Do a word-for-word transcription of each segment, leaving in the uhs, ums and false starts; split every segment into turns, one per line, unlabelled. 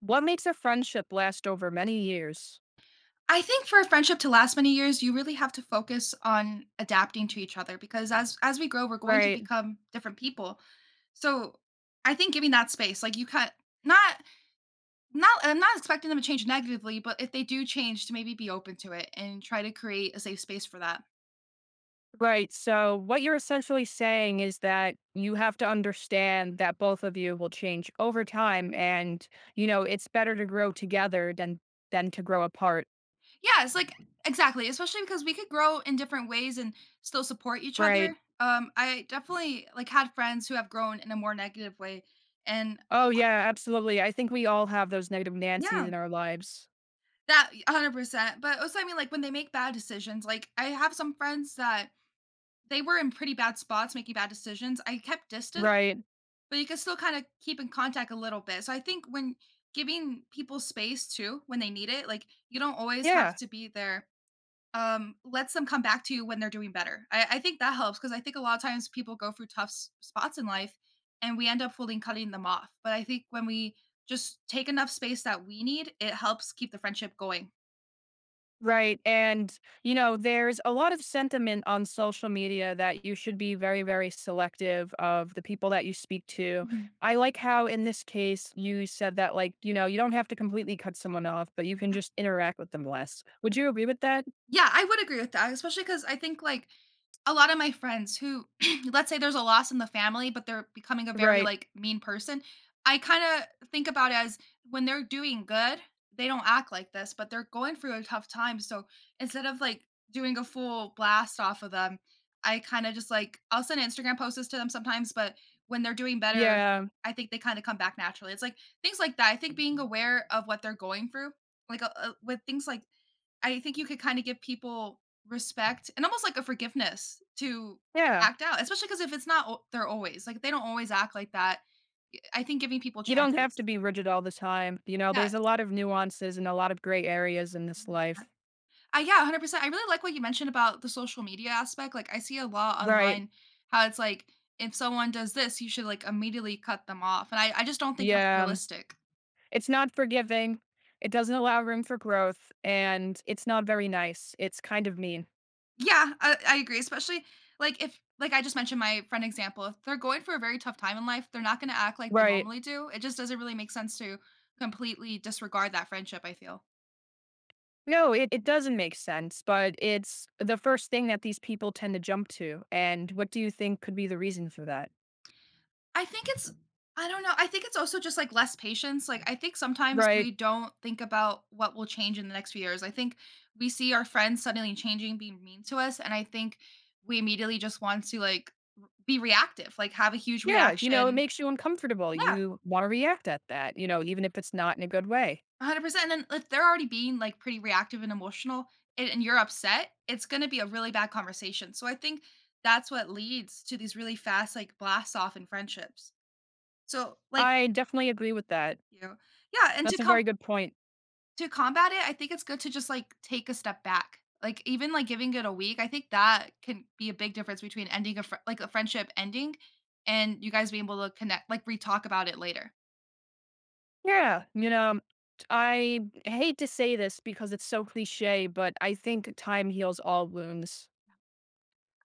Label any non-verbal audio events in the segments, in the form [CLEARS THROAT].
What makes a friendship last over many years?
I think for a friendship to last many years, you really have to focus on adapting to each other because as as we grow, we're going to
Right.
become different people. So I think giving that space, like you can't not not I'm not expecting them to change negatively, but if they do change, to maybe be open to it and try to create a safe space for that.
Right. So what you're essentially saying is that you have to understand that both of you will change over time and, you know, it's better to grow together than than to grow apart.
Yeah, it's like exactly, especially because we could grow in different ways and still support each
Right.
other. Um, I definitely like had friends who have grown in a more negative way, and
Oh yeah, absolutely. I think we all have those negative Nancy's
yeah,
in our lives.
that one hundred percent, but also, I mean, like, when they make bad decisions, like, I have some friends that they were in pretty bad spots making bad decisions. I kept Mm. distance,
Right.
but you can still kinda keep in contact a little bit. So I think when giving people space too, when they need it, like, you don't always have
Yeah.
to be there. Um, lets them come back to you when they're doing better. I I think that helps because I think a lot of times people go through tough s spots in life, and we end up holding cutting them off. But I think when we just take enough space that we need, it helps keep the friendship going.
Right. And, you know, there's a lot of sentiment on social media that you should be very, very selective of the people that you speak to.
Mhm.
I like how, in this case, you said that, like, you know, you don't have to completely cut someone off, but you can just interact with them less. Would you agree with that?
Yeah, I would agree with that, especially because I think, like, a lot of my friends who [CLEARS THROAT] let's say there's a loss in the family, but they're becoming a very,
Right.
like, mean person, I kinda think about it as when they're doing good, they don't act like this, but they're going through a tough time, so instead of, like, doing a full blast off of them, I kinda just, like, I'll send Instagram posts to them sometimes, but when they're doing better,
Yeah.
I think they kinda come back naturally. It's like things like that. I think being aware of what they're going through, like, uh, uh, with things like I think you could kinda give people respect and almost like a forgiveness to
Yeah.
act out, especially because if it's not al they're always like, they don't always act like that. Y I think giving people
You don't have
chances.
to be rigid all the time. You know, there's a
Yes,
lot of nuances and a lot of gray areas in this life.
one hundred percent. Uh, yeah, one hundred percent. I really like what you mentioned about the social media aspect, like, I see a lot
Right.
online how it's like, if someone does this, you should, like, immediately cut them off, and I I just don't think that's
Yeah.
realistic.
It's not forgiving, it doesn't allow room for growth, and it's not very nice. It's kind of mean.
Yeah, I, I agree. Especially like if, like, I just mentioned my friend example, if they're going for a very tough time in life, they're not going to act like they
Right.
normally do. It just doesn't really make sense to completely disregard that friendship, I feel.
No, it, it doesn't make sense, but it's the first thing that these people tend to jump to. And what do you think could be the reason for that?
I think it's, I don't know. I think it's also just like less patience. Like, I think sometimes
Right.
we don't think about what will change in the next few years. I think we see our friends suddenly changing, being mean to us. And I think we immediately just want to like r- be reactive, like have a huge
Yeah. You know, it
reaction.
makes you uncomfortable.
Yeah.
You want to react at that, you know, even if it's not in a good way.
one hundred percent. And then if they're already being like pretty reactive and emotional and, and you're upset, it's going to be a really bad conversation. So I think that's what leads to these really fast like blasts off in friendships. So like
I definitely agree with that.
you know, yeah, and to
That's a
come
very good point.
to combat it, I think it's good to just like take a step back. Like even like giving it a week, I think that can be a big difference between ending a fr- like a friendship ending and you guys being able to connect like re talk about it later.
Yeah. You know, I hate to say this because it's so cliche, but I think time heals all wounds.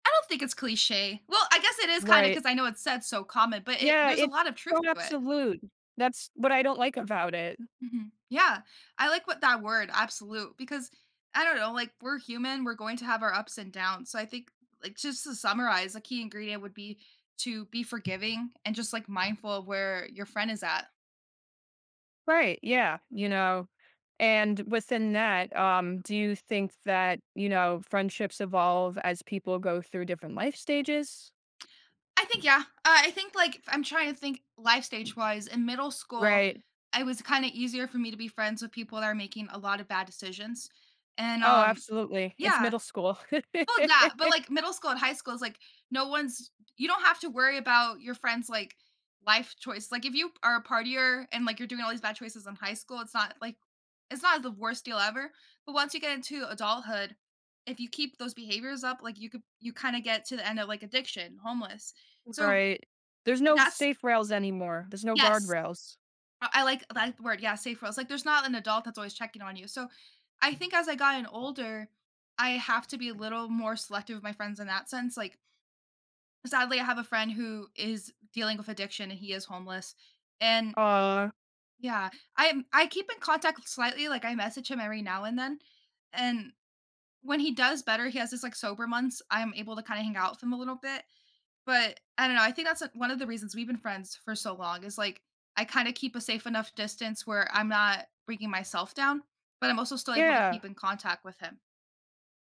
I don't think it's cliche. Well, I guess it is kind of
Right.
because I know it's said so common, but it
Yeah,
there's a
it's
lot of truth
so
to it.
absolute. That's what I don't like about it.
Mhm. Yeah. I like what that word, absolute, because I don't know, like, we're human, we're going to have our ups and downs, so I think, like, just to summarize, a key ingredient would be to be forgiving and just, like, mindful of where your friend is at.
Right, yeah, you know? And within that, um, do you think that, you know, friendships evolve as people go through different life stages?
I think, yeah. Uh, I think, like, if I'm trying to think life stage-wise, in middle school,
Right.
it was kinda easier for me to be friends with people that are making a lot of bad decisions, and,
Oh,
um
absolutely. It's
yeah.
middle school.
Oh
[LAUGHS]
that, but, like, middle school and high school is, like, no one's you don't have to worry about your friends, like, life choice, like, if you are a partier and, like, you're doing all these bad choices in high school, it's not, like, it's not the worst deal ever, but once you get into adulthood, if you keep those behaviors up, like, you could you kinda get to the end of, like, addiction, homeless, so
Right. There's no
that's
safe rails anymore. There's no
Yes,
guardrails.
I I like that word, yeah, safe roles, like, there's not an adult that's always checking on you, so I think as I gotten older, I have to be a little more selective with my friends in that sense, like, sadly, I have a friend who is dealing with addiction and he is homeless. And
Uh,
yeah, i I keep in contact slightly, like I message him every now and then. And when he does better, he has this like sober months, I'm able to kind of hang out with him a little bit. But I don't know, I think that's like, one of the reasons we've been friends for so long is like I kind of keep a safe enough distance where I'm not bringing myself down, but I'm also still able to
yeah.
keep in contact with him.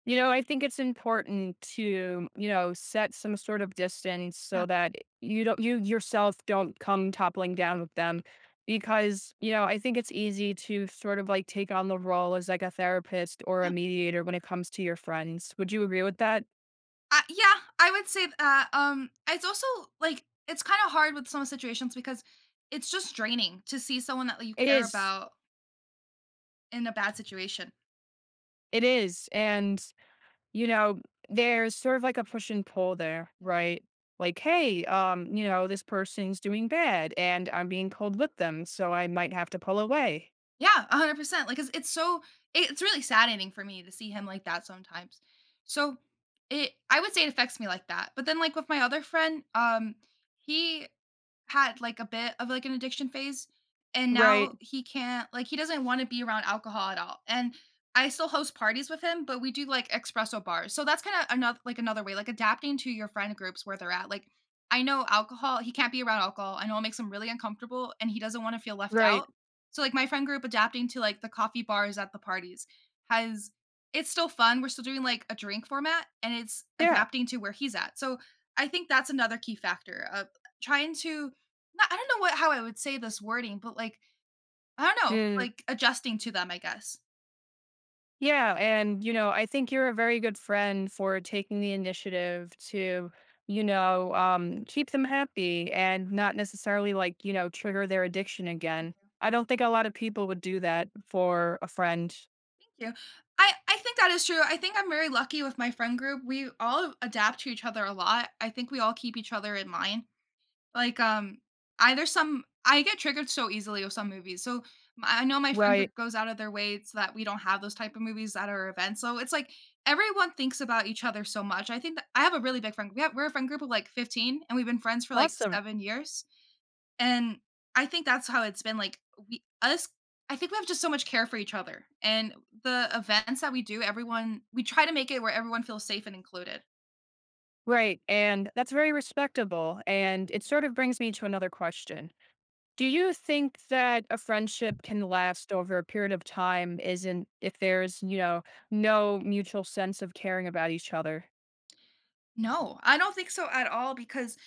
You know, I think it's important to, you know, set some sort of distance so
Yeah.
that you don't you yourself don't come toppling down with them because, you know, I think it's easy to sort of like take on the role as like a therapist or a mediator when it comes to your friends. Would you agree with that?
Uh, yeah, I would say that. Um, it's also like it's kind of hard with some situations because it's just draining to see someone that like, you
It
care
is.
about in a bad situation.
It is. And, you know, there's sort of like a push and pull there, right? Like, hey, um, you know, this person's doing bad and I'm being pulled with them, so I might have to pull away.
Yeah, one hundred percent, like, 'cause it's so it- it's really saddening for me to see him like that sometimes. So, it I would say it affects me like that, but then, like, with my other friend, um, he had, like, a bit of, like, an addiction phase, and now
Right.
he can't like, he doesn't wanna be around alcohol at all, and I still host parties with him, but we do, like, espresso bars, so that's kinda another like, another way, like, adapting to your friend groups where they're at, like, I know alcohol he can't be around alcohol, I know it makes him really uncomfortable, and he doesn't wanna feel left
Right.
out. So, like, my friend group adapting to, like, the coffee bars at the parties has it's still fun, we're still doing, like, a drink format, and it's
Yeah.
adapting to where he's at. So, I think that's another key factor of trying to not I don't know what how I would say this wording, but, like, I don't know,
Mm.
like, adjusting to them, I guess.
Yeah. And, you know, I think you're a very good friend for taking the initiative to, you know, um, keep them happy and not necessarily like, you know, trigger their addiction again. I don't think a lot of people would do that for a friend.
Thank you. I I think that is true. I think I'm very lucky with my friend group. We all adapt to each other a lot. I think we all keep each other in mind. Like, um, either some I get triggered so easily with some movies, so, m I know my friend
Right.
group goes out of their way so that we don't have those type of movies at our events, so it's like everyone thinks about each other so much. I think that I have a really big friend we have we're a friend group of, like, fifteen, and we've been friends for, like,
Awesome.
seven years, and I think that's how it's been, like, we us I think we have just so much care for each other, and the events that we do, everyone we try to make it where everyone feels safe and included.
Right. And that's very respectable. And it sort of brings me to another question. Do you think that a friendship can last over a period of time isn't if there's, you know, no mutual sense of caring about each other?
No, I don't think so at all because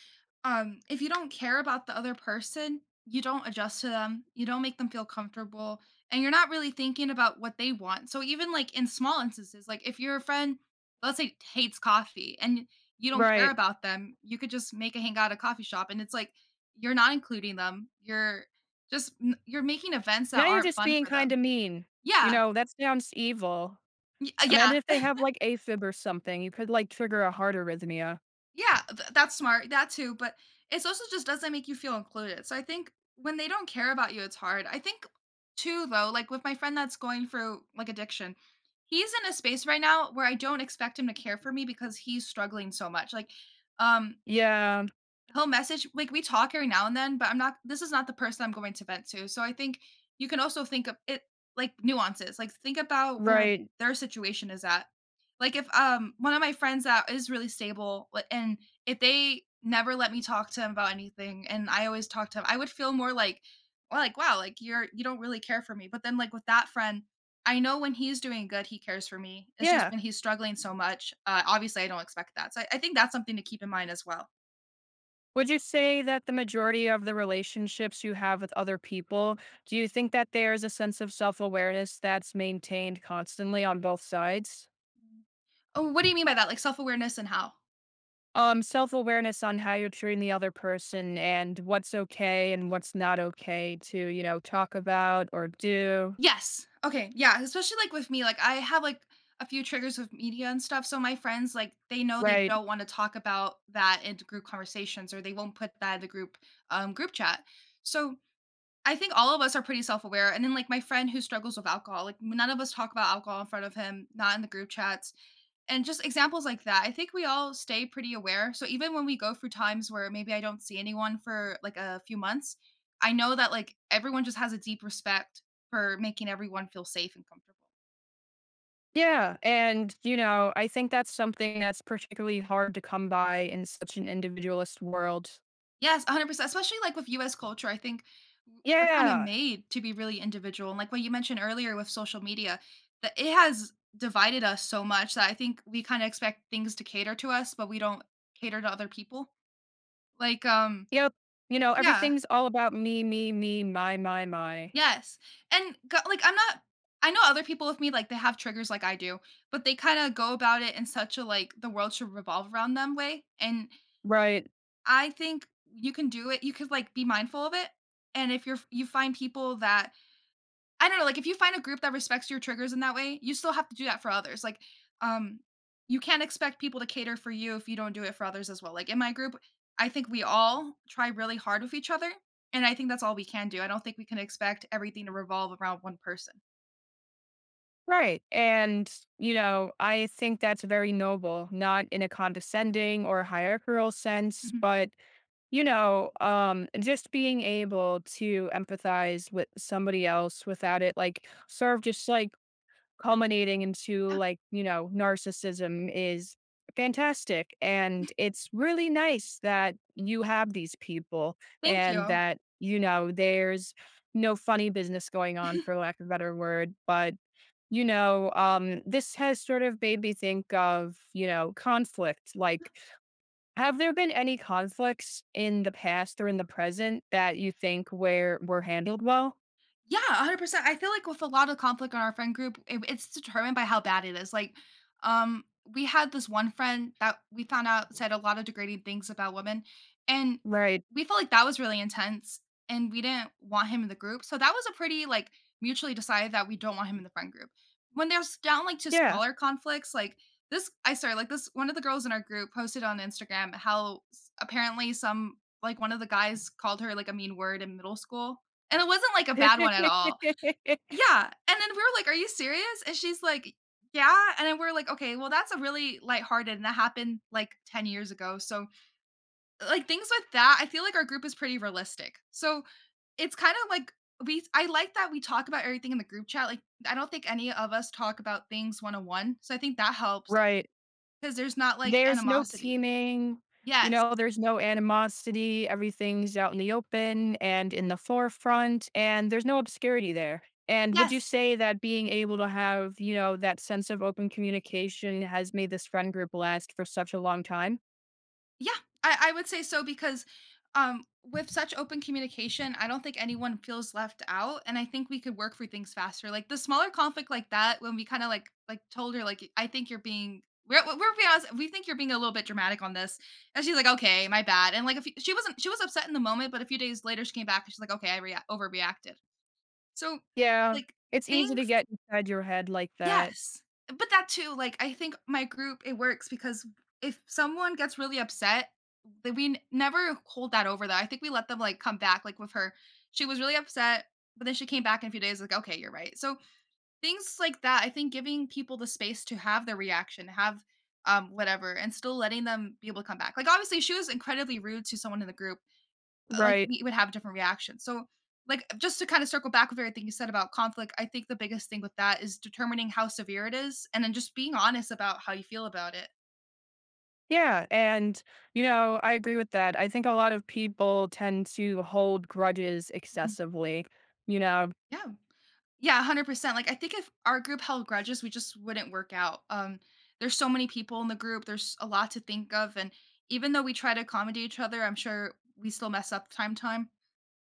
um if you don't care about the other person, you don't adjust to them, you don't make them feel comfortable, and you're not really thinking about what they want. So even like in small instances, like if your friend let's say hates coffee and you don't care
Right.
about them, you could just make a hangout at a coffee shop and it's like you're not including them. You're just n- you're making events
Now
that
you're
aren't
just
fun
being
for
kind
them.
of mean. You
Yeah.
know, that sounds evil.
y-
Imagine
Yeah,
if they have like A fib or something. You could like trigger a heart arrhythmia.
yeah, th- that's smart. That too, but it's also just doesn't make you feel included. So I think when they don't care about you, it's hard. I think too though, like with my friend that's going through like addiction, he's in a space right now where I don't expect him to care for me because he's struggling so much. Like um
Yeah,
he'll message like, we talk every now and then, but I'm not this is not the person I'm going to vent to, so I think you can also think of it like, nuances, like, think about where
right.
their situation is at. Like, if, um, one of my friends that is really stable, li and if they never let me talk to him about anything, and I always talk to him, I would feel more like, well, like, "Wow, like, you're you don't really care for me," but then, like, with that friend, I know when he's doing good, he cares for me. It's just
Yeah.
when he's struggling so much, uh, obviously, I don't expect that, so I I think that's something to keep in mind as well.
Would you say that the majority of the relationships you have with other people, do you think that there is a sense of self awareness that's maintained constantly on both sides?
Oh, what do you mean by that? Like self-awareness and how?
Um, self-awareness on how you're treating the other person and what's okay and what's not okay to, you know, talk about or do.
Yes. Okay. Yeah. Especially like with me, like I have like a few triggers with media and stuff. So my friends, like they know they
Right.
don't want to talk about that in group conversations, or they won't put that in the group um group chat. So I think all of us are pretty self-aware. And then like my friend who struggles with alcohol, like none of us talk about alcohol in front of him, not in the group chats. And just examples like that. I think we all stay pretty aware. So even when we go through times where maybe I don't see anyone for like a few months, I know that like everyone just has a deep respect for making everyone feel safe and comfortable.
Yeah. And, you know, I think that's something that's particularly hard to come by in such an individualist world.
Yes, one hundred percent. Especially like with U S culture, I think we're kind of
Yeah.
made to be really individual. And like what you mentioned earlier with social media, that it has divided us so much that I think we kind of expect things to cater to us, but we don't cater to other people. Like um
Yep. You know,
yeah,
everything's all about me, me, me, my, my, my.
Yes, and go like, I'm not I know other people with me, like, they have triggers like I do, but they kinda go about it in such a, like, the world should revolve around them way. And
Right.
I think you can do it you could, like, be mindful of it, and if you're you find people that, I don't know, like, if you find a group that respects your triggers in that way, you still have to do that for others. Like, um, you can't expect people to cater for you if you don't do it for others as well. Like, in my group, I think we all try really hard with each other, and I think that's all we can do. I don't think we can expect everything to revolve around one person.
Right. And, you know, I think that's very noble, not in a condescending or hierarchical sense,
Mhm.
but you know, um, just being able to empathize with somebody else without it, like, sort of just like culminating into
Yeah.
like, you know, narcissism is fantastic. And it's really nice that you have these people
Thank
and
you.
that, you know, there's no funny business going on, for
[LAUGHS]
lack of a better word. But, you know, um, this has sort of made me think of, you know, conflict. Like, have there been any conflicts in the past or in the present that you think where were handled well?
Yeah, one hundred percent. I feel like with a lot of conflict on our friend group, it, it's determined by how bad it is. Like, um, we had this one friend that we found out said a lot of degrading things about women, and
Right.
we felt like that was really intense, and we didn't want him in the group. So that was a pretty like mutually decided that we don't want him in the friend group. When there's down like to
Yeah.
smaller conflicts, like this, I sorry, like this one of the girls in our group posted on Instagram how s- apparently some like one of the guys called her like a mean word in middle school, and it wasn't like a bad one at all.
[LAUGHS]
Yeah. And then we were like, "Are you serious?" And she's like, "Yeah." And then we're like, "Okay, well, that's a really lighthearted." And that happened like ten years ago. So, like, things with that, I feel like our group is pretty realistic. So, it's kind of like we, I like that we talk about everything in the group chat. Like, I don't think any of us talk about things one on one. So, I think that helps
Right.
because there's not like
There's no
animosity.
teaming, you
Yes.
know, there's no animosity, everything's out in the open and in the forefront, and there's no obscurity there. And would you
Yes.
say that being able to have, you know, that sense of open communication has made this friend group last for such a long time?
Yeah, I, I would say so because um, with such open communication, I don't think anyone feels left out, and I think we could work through things faster. Like the smaller conflict like that, when we kind of like like told her like, "I think you're being we're, we're being honest, we think you're being a little bit dramatic on this," and she's like, "Okay, my bad." And like if she wasn't, she was upset in the moment, but a few days later she came back and she's like, "Okay, I rea- overreacted." So
Yeah.
like
It's easy to
things
get inside your head like that.
Yes, but that too, like, I think my group, it works because if someone gets really upset, that we n- never hold that over that. I think we let them like come back. Like with her, she was really upset, but then she came back in a few days. Like, "Okay, you're right." So things like that. I think giving people the space to have their reaction, have um whatever, and still letting them be able to come back. Like obviously, she was incredibly rude to someone in the group, uh, like,
Right.
we would have different reactions. So, like, just to kind of circle back with everything you said about conflict, I think the biggest thing with that is determining how severe it is and then just being honest about how you feel about it.
Yeah, and, you know, I agree with that. I think a lot of people tend to hold grudges
Mhm.
excessively, you know?
Yeah. Yeah, one hundred percent. Like I think if our group held grudges, we just wouldn't work out. Um there's so many people in the group. There's a lot to think of, and even though we try to accommodate each other, I'm sure we still mess up time time.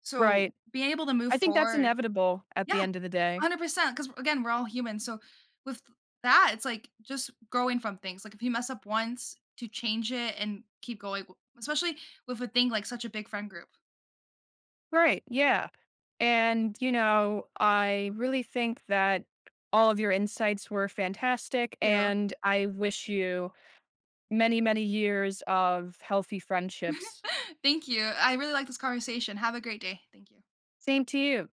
So
Right.
being able to move
I think that's
forward.
inevitable at the
Yeah.
end of the day.
one hundred percent. Because again, we're all human, so with that, it's, like, just growing from things, like, if you mess up once, to change it and keep going, w especially with a thing like such a big friend group.
Right, yeah. And, you know, I really think that all of your insights were fantastic,
Thank you.
and I wish you many, many years of healthy friendships.
[LAUGHS] Thank you. I really like this conversation. Have a great day. Thank you.
Same to you.